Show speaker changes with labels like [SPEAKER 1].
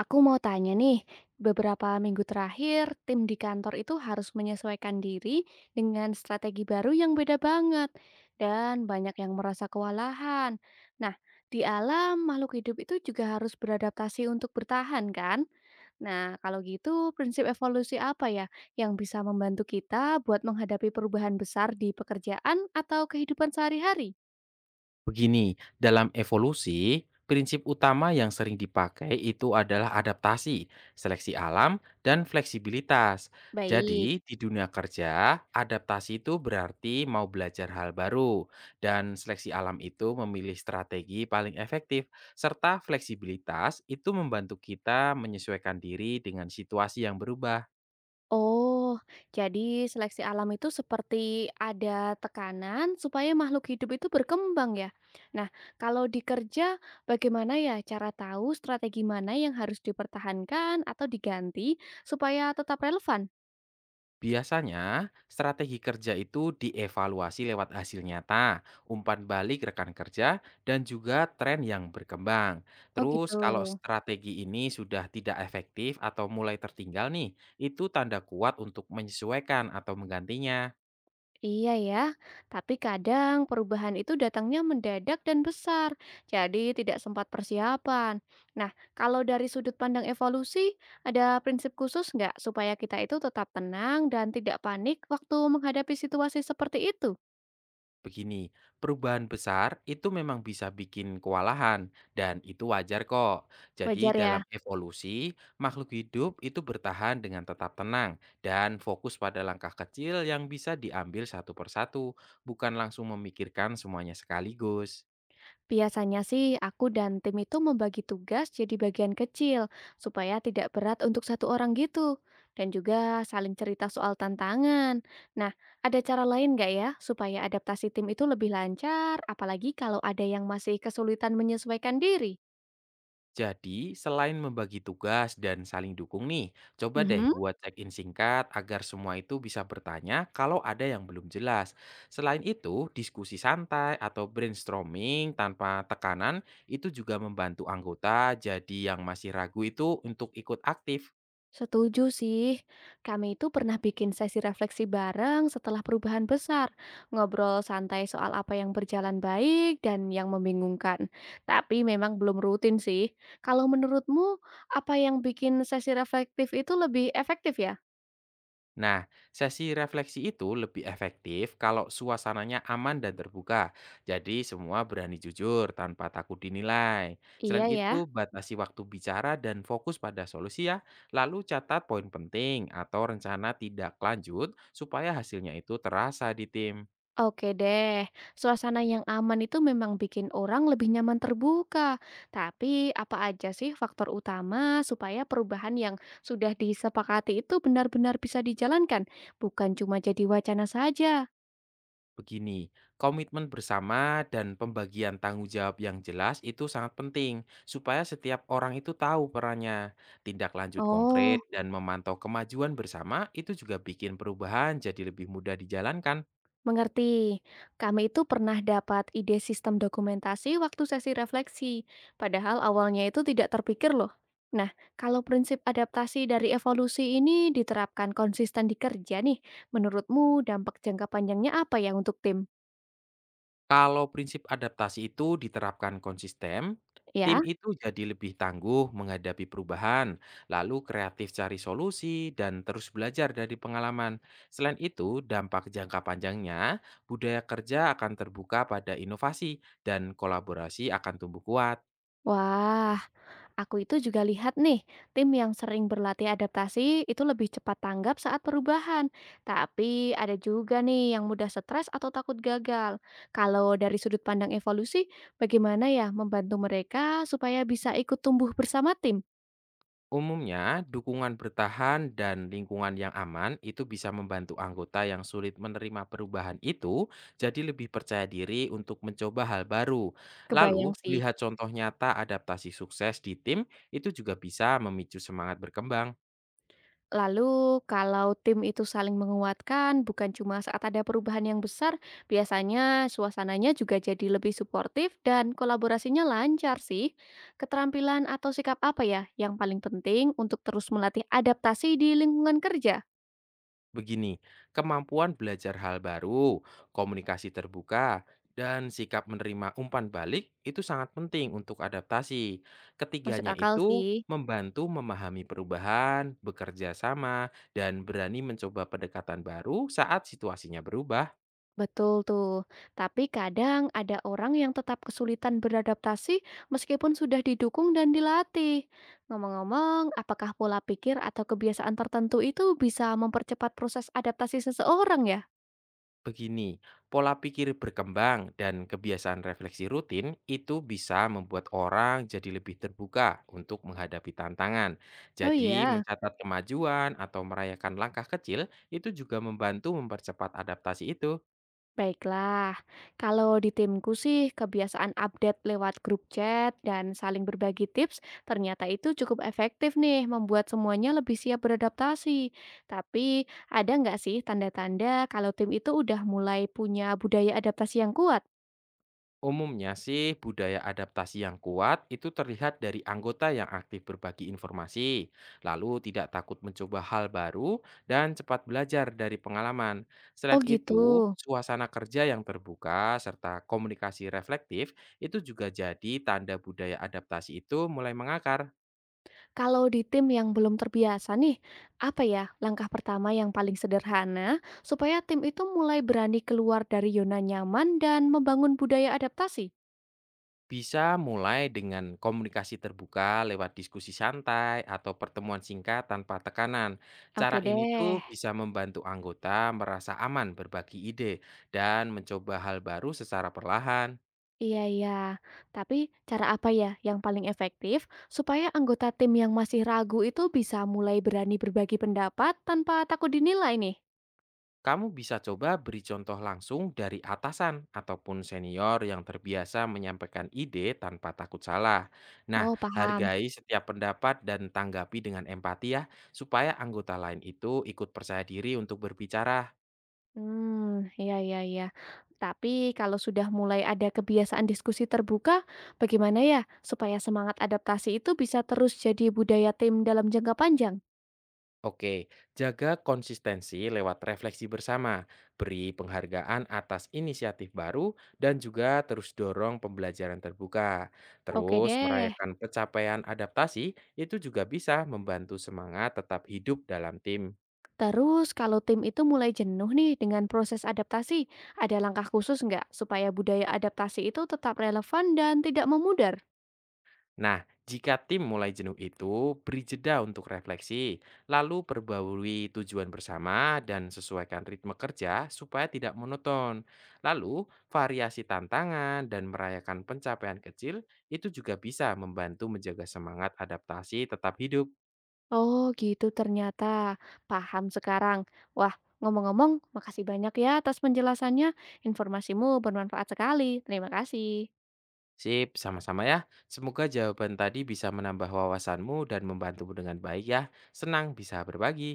[SPEAKER 1] Aku mau tanya nih, beberapa minggu terakhir tim di kantor itu harus menyesuaikan diri dengan strategi baru yang beda banget dan banyak yang merasa kewalahan. Nah, di alam makhluk hidup itu juga harus beradaptasi untuk bertahan kan? Nah, kalau gitu prinsip evolusi apa ya yang bisa membantu kita buat menghadapi perubahan besar di pekerjaan atau kehidupan sehari-hari?
[SPEAKER 2] Begini, dalam evolusi, prinsip utama yang sering dipakai itu adalah adaptasi, seleksi alam, dan fleksibilitas.
[SPEAKER 1] Baik.
[SPEAKER 2] Jadi, di dunia kerja, adaptasi itu berarti mau belajar hal baru, dan seleksi alam itu memilih strategi paling efektif, serta fleksibilitas itu membantu kita menyesuaikan diri dengan situasi yang berubah.
[SPEAKER 1] Oh, jadi seleksi alam itu seperti ada tekanan supaya makhluk hidup itu berkembang ya. Nah, kalau di kerja bagaimana ya cara tahu strategi mana yang harus dipertahankan atau diganti supaya tetap relevan?
[SPEAKER 2] Biasanya, strategi kerja itu dievaluasi lewat hasil nyata, umpan balik rekan kerja, dan juga tren yang berkembang.
[SPEAKER 1] Oh
[SPEAKER 2] Terus
[SPEAKER 1] gitu.
[SPEAKER 2] kalau strategi ini sudah tidak efektif atau mulai tertinggal nih, itu tanda kuat untuk menyesuaikan atau menggantinya.
[SPEAKER 1] Iya ya, tapi kadang perubahan itu datangnya mendadak dan besar, jadi tidak sempat persiapan. Nah, kalau dari sudut pandang evolusi, ada prinsip khusus nggak supaya kita itu tetap tenang dan tidak panik waktu menghadapi situasi seperti itu?
[SPEAKER 2] Begini, perubahan besar itu memang bisa bikin kewalahan, dan itu wajar kok.
[SPEAKER 1] Wajar
[SPEAKER 2] Jadi, dalam
[SPEAKER 1] ya?
[SPEAKER 2] evolusi, makhluk hidup itu bertahan dengan tetap tenang dan fokus pada langkah kecil yang bisa diambil satu persatu, bukan langsung memikirkan semuanya sekaligus.
[SPEAKER 1] Biasanya sih aku dan tim itu membagi tugas jadi bagian kecil supaya tidak berat untuk satu orang gitu. Dan juga saling cerita soal tantangan. Nah, ada cara lain nggak ya supaya adaptasi tim itu lebih lancar apalagi kalau ada yang masih kesulitan menyesuaikan diri?
[SPEAKER 2] Jadi, selain membagi tugas dan saling dukung nih, coba deh buat check-in singkat agar semua itu bisa bertanya kalau ada yang belum jelas. Selain itu, diskusi santai atau brainstorming tanpa tekanan itu juga membantu anggota jadi yang masih ragu itu untuk ikut aktif.
[SPEAKER 1] Setuju sih. Kami itu pernah bikin sesi refleksi bareng setelah perubahan besar. Ngobrol santai soal apa yang berjalan baik dan yang membingungkan. Tapi memang belum rutin sih. Kalau menurutmu, apa yang bikin sesi reflektif itu lebih efektif ya?
[SPEAKER 2] Nah, sesi refleksi itu lebih efektif kalau suasananya aman dan terbuka. Jadi semua berani jujur tanpa takut dinilai.
[SPEAKER 1] Iya
[SPEAKER 2] Selain itu,
[SPEAKER 1] ya.
[SPEAKER 2] batasi waktu bicara dan fokus pada solusi ya. Lalu catat poin penting atau rencana tidak lanjut supaya hasilnya itu terasa di tim.
[SPEAKER 1] Oke deh, suasana yang aman itu memang bikin orang lebih nyaman terbuka. Tapi apa aja sih faktor utama supaya perubahan yang sudah disepakati itu benar-benar bisa dijalankan, bukan cuma jadi wacana saja?
[SPEAKER 2] Begini, komitmen bersama dan pembagian tanggung jawab yang jelas itu sangat penting supaya setiap orang itu tahu perannya. Tindak lanjut
[SPEAKER 1] Oh.
[SPEAKER 2] konkret dan memantau kemajuan bersama itu juga bikin perubahan jadi lebih mudah dijalankan.
[SPEAKER 1] Mengerti, kami itu pernah dapat ide sistem dokumentasi waktu sesi refleksi, padahal awalnya itu tidak terpikir loh. Nah, kalau prinsip adaptasi dari evolusi ini diterapkan konsisten di kerja nih, menurutmu dampak jangka panjangnya apa ya untuk tim?
[SPEAKER 2] Kalau prinsip adaptasi itu diterapkan konsisten, tim
[SPEAKER 1] Ya?
[SPEAKER 2] itu jadi lebih tangguh menghadapi perubahan, lalu kreatif cari solusi, dan terus belajar dari pengalaman. Selain itu, dampak jangka panjangnya, budaya kerja akan terbuka pada inovasi, dan kolaborasi akan tumbuh kuat.
[SPEAKER 1] Wah, aku itu juga lihat nih, tim yang sering berlatih adaptasi itu lebih cepat tanggap saat perubahan. Tapi ada juga nih yang mudah stres atau takut gagal. Kalau dari sudut pandang evolusi, bagaimana ya membantu mereka supaya bisa ikut tumbuh bersama tim?
[SPEAKER 2] Umumnya, dukungan bertahan dan lingkungan yang aman itu bisa membantu anggota yang sulit menerima perubahan itu jadi lebih percaya diri untuk mencoba hal baru.
[SPEAKER 1] Kebayang
[SPEAKER 2] Lalu,
[SPEAKER 1] sih.
[SPEAKER 2] melihat contoh nyata adaptasi sukses di tim itu juga bisa memicu semangat berkembang.
[SPEAKER 1] Lalu, kalau tim itu saling menguatkan, bukan cuma saat ada perubahan yang besar, biasanya suasananya juga jadi lebih suportif dan kolaborasinya lancar sih. Keterampilan atau sikap apa ya yang paling penting untuk terus melatih adaptasi di lingkungan kerja?
[SPEAKER 2] Begini, kemampuan belajar hal baru, komunikasi terbuka, dan sikap menerima umpan balik itu sangat penting untuk adaptasi.
[SPEAKER 1] Masuk
[SPEAKER 2] Ketiganya
[SPEAKER 1] akal
[SPEAKER 2] itu
[SPEAKER 1] sih.
[SPEAKER 2] membantu memahami perubahan, bekerja sama, dan berani mencoba pendekatan baru saat situasinya berubah.
[SPEAKER 1] Betul tuh. Tapi kadang ada orang yang tetap kesulitan beradaptasi meskipun sudah didukung dan dilatih. Ngomong-ngomong, apakah pola pikir atau kebiasaan tertentu itu bisa mempercepat proses adaptasi seseorang ya?
[SPEAKER 2] Begini, pola pikir berkembang dan kebiasaan refleksi rutin itu bisa membuat orang jadi lebih terbuka untuk menghadapi tantangan.
[SPEAKER 1] Oh
[SPEAKER 2] Jadi,
[SPEAKER 1] iya.
[SPEAKER 2] mencatat kemajuan atau merayakan langkah kecil itu juga membantu mempercepat adaptasi itu.
[SPEAKER 1] Baiklah, kalau di timku sih kebiasaan update lewat grup chat dan saling berbagi tips ternyata itu cukup efektif nih membuat semuanya lebih siap beradaptasi. Tapi ada nggak sih tanda-tanda kalau tim itu udah mulai punya budaya adaptasi yang kuat?
[SPEAKER 2] Umumnya sih budaya adaptasi yang kuat itu terlihat dari anggota yang aktif berbagi informasi, lalu tidak takut mencoba hal baru dan cepat belajar dari pengalaman.
[SPEAKER 1] Oh
[SPEAKER 2] Selain
[SPEAKER 1] gitu.
[SPEAKER 2] itu, suasana kerja yang terbuka serta komunikasi reflektif itu juga jadi tanda budaya adaptasi itu mulai mengakar.
[SPEAKER 1] Kalau di tim yang belum terbiasa nih, apa ya langkah pertama yang paling sederhana supaya tim itu mulai berani keluar dari zona nyaman dan membangun budaya adaptasi?
[SPEAKER 2] Bisa mulai dengan komunikasi terbuka lewat diskusi santai atau pertemuan singkat tanpa tekanan.
[SPEAKER 1] Oke
[SPEAKER 2] Cara ini
[SPEAKER 1] deh.
[SPEAKER 2] tuh bisa membantu anggota merasa aman berbagi ide dan mencoba hal baru secara perlahan.
[SPEAKER 1] Iya iya, tapi cara apa ya yang paling efektif supaya anggota tim yang masih ragu itu bisa mulai berani berbagi pendapat tanpa takut dinilai nih?
[SPEAKER 2] Kamu bisa coba beri contoh langsung dari atasan ataupun senior yang terbiasa menyampaikan ide tanpa takut salah. Nah,
[SPEAKER 1] Oh, paham.
[SPEAKER 2] hargai setiap pendapat dan tanggapi dengan empati ya, supaya anggota lain itu ikut percaya diri untuk berbicara.
[SPEAKER 1] Hmm, iya, iya, iya. Tapi kalau sudah mulai ada kebiasaan diskusi terbuka, bagaimana ya supaya semangat adaptasi itu bisa terus jadi budaya tim dalam jangka panjang?
[SPEAKER 2] Oke, jaga konsistensi lewat refleksi bersama, beri penghargaan atas inisiatif baru, dan juga terus dorong pembelajaran terbuka.
[SPEAKER 1] Oke
[SPEAKER 2] Terus
[SPEAKER 1] deh.
[SPEAKER 2] merayakan pencapaian adaptasi itu juga bisa membantu semangat tetap hidup dalam tim.
[SPEAKER 1] Terus kalau tim itu mulai jenuh nih dengan proses adaptasi, ada langkah khusus nggak supaya budaya adaptasi itu tetap relevan dan tidak memudar?
[SPEAKER 2] Nah, jika tim mulai jenuh itu, beri jeda untuk refleksi, lalu perbaharui tujuan bersama dan sesuaikan ritme kerja supaya tidak monoton. Lalu, variasi tantangan dan merayakan pencapaian kecil itu juga bisa membantu menjaga semangat adaptasi tetap hidup.
[SPEAKER 1] Oh gitu ternyata, paham sekarang. Wah, ngomong-ngomong, makasih banyak ya atas penjelasannya. Informasimu bermanfaat sekali. Terima kasih.
[SPEAKER 2] Sip, sama-sama ya. Semoga jawaban tadi bisa menambah wawasanmu dan membantumu dengan baik ya. Senang bisa berbagi.